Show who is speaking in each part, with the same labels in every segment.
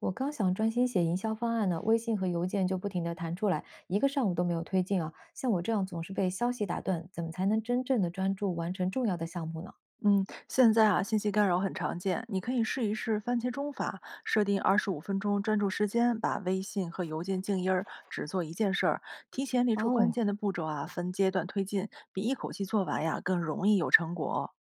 Speaker 1: 我刚想专心写营销方案呢，微信和邮件就不停地弹出来，一个上午都没有推进啊。像我这样总是被消息打断，怎么才能真正的专注完成重要的项目呢？
Speaker 2: 嗯，现在啊，信息干扰很常见，你可以试一试番茄钟法，设定25分钟专注时间，把微信和邮件静音儿，只做一件事儿，提前列出关
Speaker 1: 哦
Speaker 2: 键的步骤啊，分阶段推进，比一口气做完呀更容易有成果。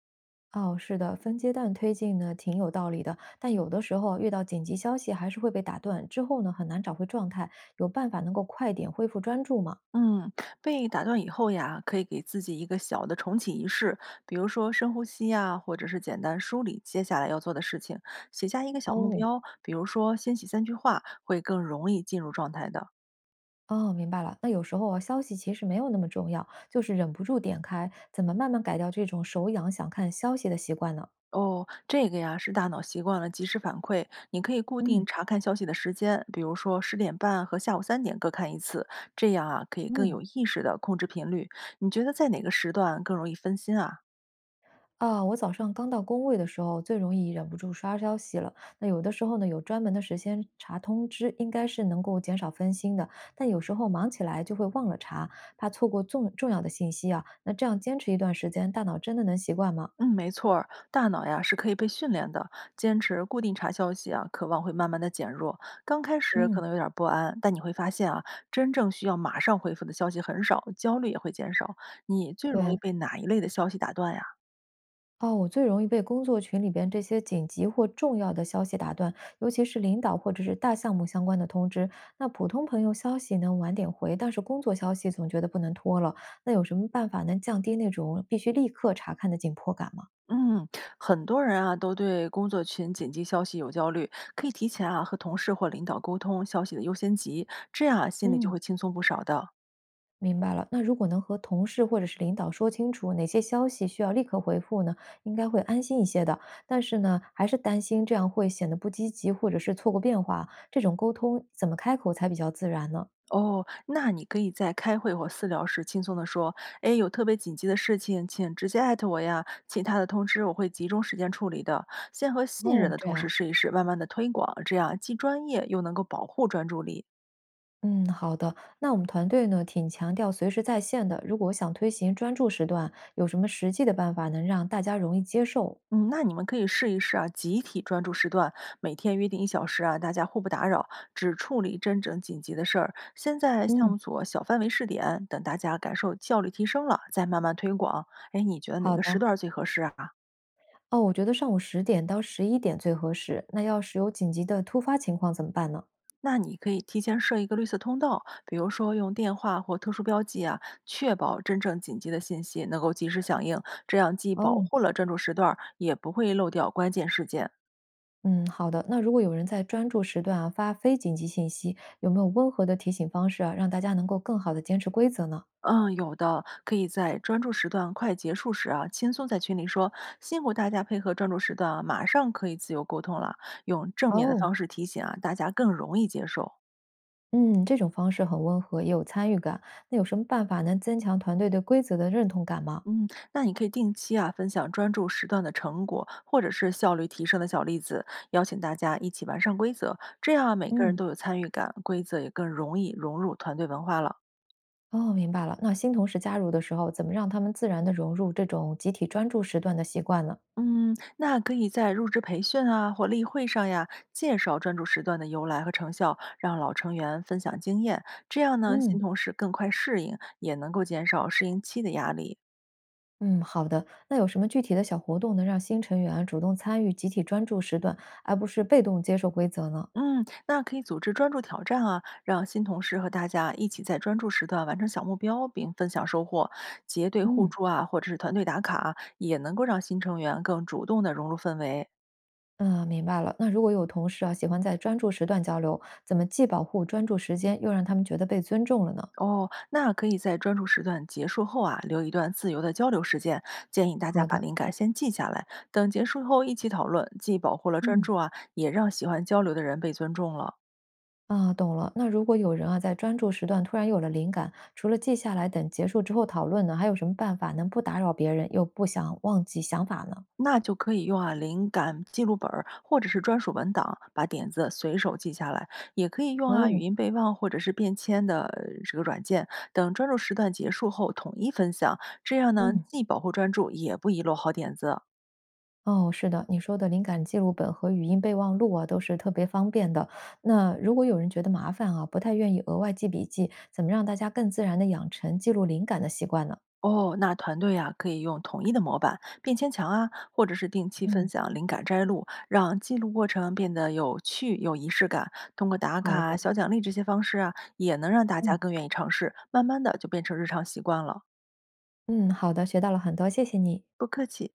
Speaker 1: 哦，是的，分阶段推进呢挺有道理的，但有的时候啊遇到紧急消息还是会被打断，之后呢很难找回状态。有办法能够快点恢复专注吗？
Speaker 2: 嗯，被打断以后呀，可以给自己一个小的重启仪式，比如说深呼吸呀，或者是简单梳理接下来要做的事情，写下一个小目
Speaker 1: 哦
Speaker 2: 标，比如说先写3句话，会更容易进入状态的。
Speaker 1: 哦，明白了。那有时候啊，消息其实没有那么重要，就是忍不住点开，怎么慢慢改掉这种手痒想看消息的习惯呢？
Speaker 2: 哦，这个呀是大脑习惯了及时反馈，你可以固定
Speaker 1: 嗯
Speaker 2: 查看消息的时间，比如说10点半和下午3点各看一次，这样啊可以更
Speaker 1: 嗯。
Speaker 2: 有意识的控制频率。你觉得在哪个时段更容易分心啊？
Speaker 1: 啊，我早上刚到工位的时候，最容易忍不住刷消息了。那有的时候呢，有专门的时间查通知，应该是能够减少分心的。但有时候忙起来就会忘了查，怕错过重要的信息啊。那这样坚持一段时间，大脑真的能习惯吗？
Speaker 2: 嗯，没错儿，大脑呀是可以被训练的，坚持固定查消息啊，渴望会慢慢的减弱。刚开始可
Speaker 1: 嗯，
Speaker 2: 能有点儿不安，但你会发现啊，真正需要马上回复的消息很少，焦虑也会减少。你最容易
Speaker 1: 对。
Speaker 2: 被哪一类的消息打断呀？
Speaker 1: 哦，我最容易被工作群里边这些紧急或重要的消息打断，尤其是领导或者是大项目相关的通知。那普通朋友消息能晚点回，但是工作消息总觉得不能拖了。那有什么办法能降低那种必须立刻查看的紧迫感吗？
Speaker 2: 嗯，很多人啊都对工作群紧急消息有焦虑，可以提前啊和同事或领导沟通消息的优先级，这样啊心里就
Speaker 1: 嗯，
Speaker 2: 会轻松不少的。
Speaker 1: 明白了。那如果能和同事或者是领导说清楚哪些消息需要立刻回复呢，应该会安心一些的。但是呢，还是担心这样会显得不积极，或者是错过变化。这种沟通怎么开口才比较自然呢？
Speaker 2: 哦，那你可以在开会或私聊时轻松地说：“哎，有特别紧急的事情，请直接艾特我呀，其他的通知我会集中时间处理的。”先和信
Speaker 1: 哦，
Speaker 2: 任的
Speaker 1: 这
Speaker 2: 同事
Speaker 1: 样。
Speaker 2: 试一试，慢慢的推广，这样既专业又能够保护专注力。
Speaker 1: 嗯，好的。那我们团队呢，挺强调随时在线的。如果想推行专注时段，有什么实际的办法能让大家容易接受？
Speaker 2: 嗯，那你们可以试一试啊，集体专注时段，每天约定1小时啊，大家互不打扰，只处理真正紧急的事儿。先在项
Speaker 1: 嗯，
Speaker 2: 目组啊小范围试点，等大家感受效率提升了，再慢慢推广。哎，你觉得哪
Speaker 1: 好
Speaker 2: 个时
Speaker 1: 的。
Speaker 2: 段儿最合适啊？
Speaker 1: 哦，我觉得上午10点到11点最合适。那要是有紧急的突发情况怎么办呢？
Speaker 2: 那你可以提前设一个绿色通道，比如说用电话或特殊标记啊，确保真正紧急的信息能够及时响应，这样既保
Speaker 1: 哦，
Speaker 2: 护了专注时段儿也不会漏掉关键事件。
Speaker 1: 嗯，好的。那如果有人在专注时段啊发非紧急信息，有没有温和的提醒方式啊，让大家能够更好的坚持规则呢？
Speaker 2: 嗯，有的，可以在专注时段快结束时啊，轻松在群里说辛苦大家配合专注时段啊，马上可以自由沟通了。用正面的
Speaker 1: 哦，
Speaker 2: 方式提醒啊，大家更容易接受。
Speaker 1: 嗯，这种方式很温和，也有参与感。那有什么办法能增强团队对规则的认同感吗？
Speaker 2: 嗯，那你可以定期啊分享专注时段的成果，或者是效率提升的小例子，邀请大家一起完善规则，这样啊每个人
Speaker 1: 嗯
Speaker 2: 都有参与感，规则也更容易融入团队文化了。
Speaker 1: 哦，明白了。那新同事加入的时候，怎么让他们自然的融入这种集体专注时段的习惯呢？
Speaker 2: 嗯，那可以在入职培训啊或例会上呀，介绍专注时段的由来和成效，让老成员分享经验，这样呢，新
Speaker 1: 嗯，
Speaker 2: 同事更快适应，也能够减少适应期的压力。
Speaker 1: 嗯，好的。那有什么具体的小活动能让新成员主动参与集体专注时段，而不是被动接受规则呢？
Speaker 2: 嗯，那可以组织专注挑战啊，让新同事和大家一起在专注时段完成小目标，并分享收获，结对互
Speaker 1: 嗯，
Speaker 2: 助啊，或者是团队打卡啊，也能够让新成员更主动的融入氛围。
Speaker 1: 明白了。那如果有同事啊喜欢在专注时段交流，怎么既保护专注时间，又让他们觉得被尊重了呢？
Speaker 2: 哦，那可以在专注时段结束后啊，留一段自由的交流时间。建议大家
Speaker 1: 好
Speaker 2: 把
Speaker 1: 的，
Speaker 2: 灵感先记下来，等结束后一起讨论，既保护了专
Speaker 1: 嗯。
Speaker 2: 注啊，也让喜欢交流的人被尊重了。
Speaker 1: 啊，懂了。那如果有人啊，在专注时段突然有了灵感，除了记下来等结束之后讨论呢，还有什么办法能不打扰别人，又不想忘记想法呢？
Speaker 2: 那就可以用啊灵感记录本儿或者是专属文档，把点子随手记下来。也可以用啊语
Speaker 1: 哦，
Speaker 2: 音备忘或者是便签的这个软件，等专注时段结束后统一分享。这样呢，
Speaker 1: 嗯，
Speaker 2: 既保护专注，也不遗漏好点子。
Speaker 1: 哦，是的，你说的灵感记录本和语音备忘录啊，都是特别方便的。那如果有人觉得麻烦啊，不太愿意额外记笔记，怎么让大家更自然的养成记录灵感的习惯呢？
Speaker 2: 哦，那团队啊可以用统一的模板、便签墙啊，或者是定期分
Speaker 1: 嗯，
Speaker 2: 享灵感摘录，让记录过程变得有趣、有仪式感。通过打
Speaker 1: 好
Speaker 2: 卡、
Speaker 1: 的，
Speaker 2: 小奖励这些方式啊，也能让大家
Speaker 1: 嗯
Speaker 2: 更愿意尝试，慢慢的就变成日常习惯了。
Speaker 1: 嗯，好的，学到了很多，谢谢你。
Speaker 2: 不客气。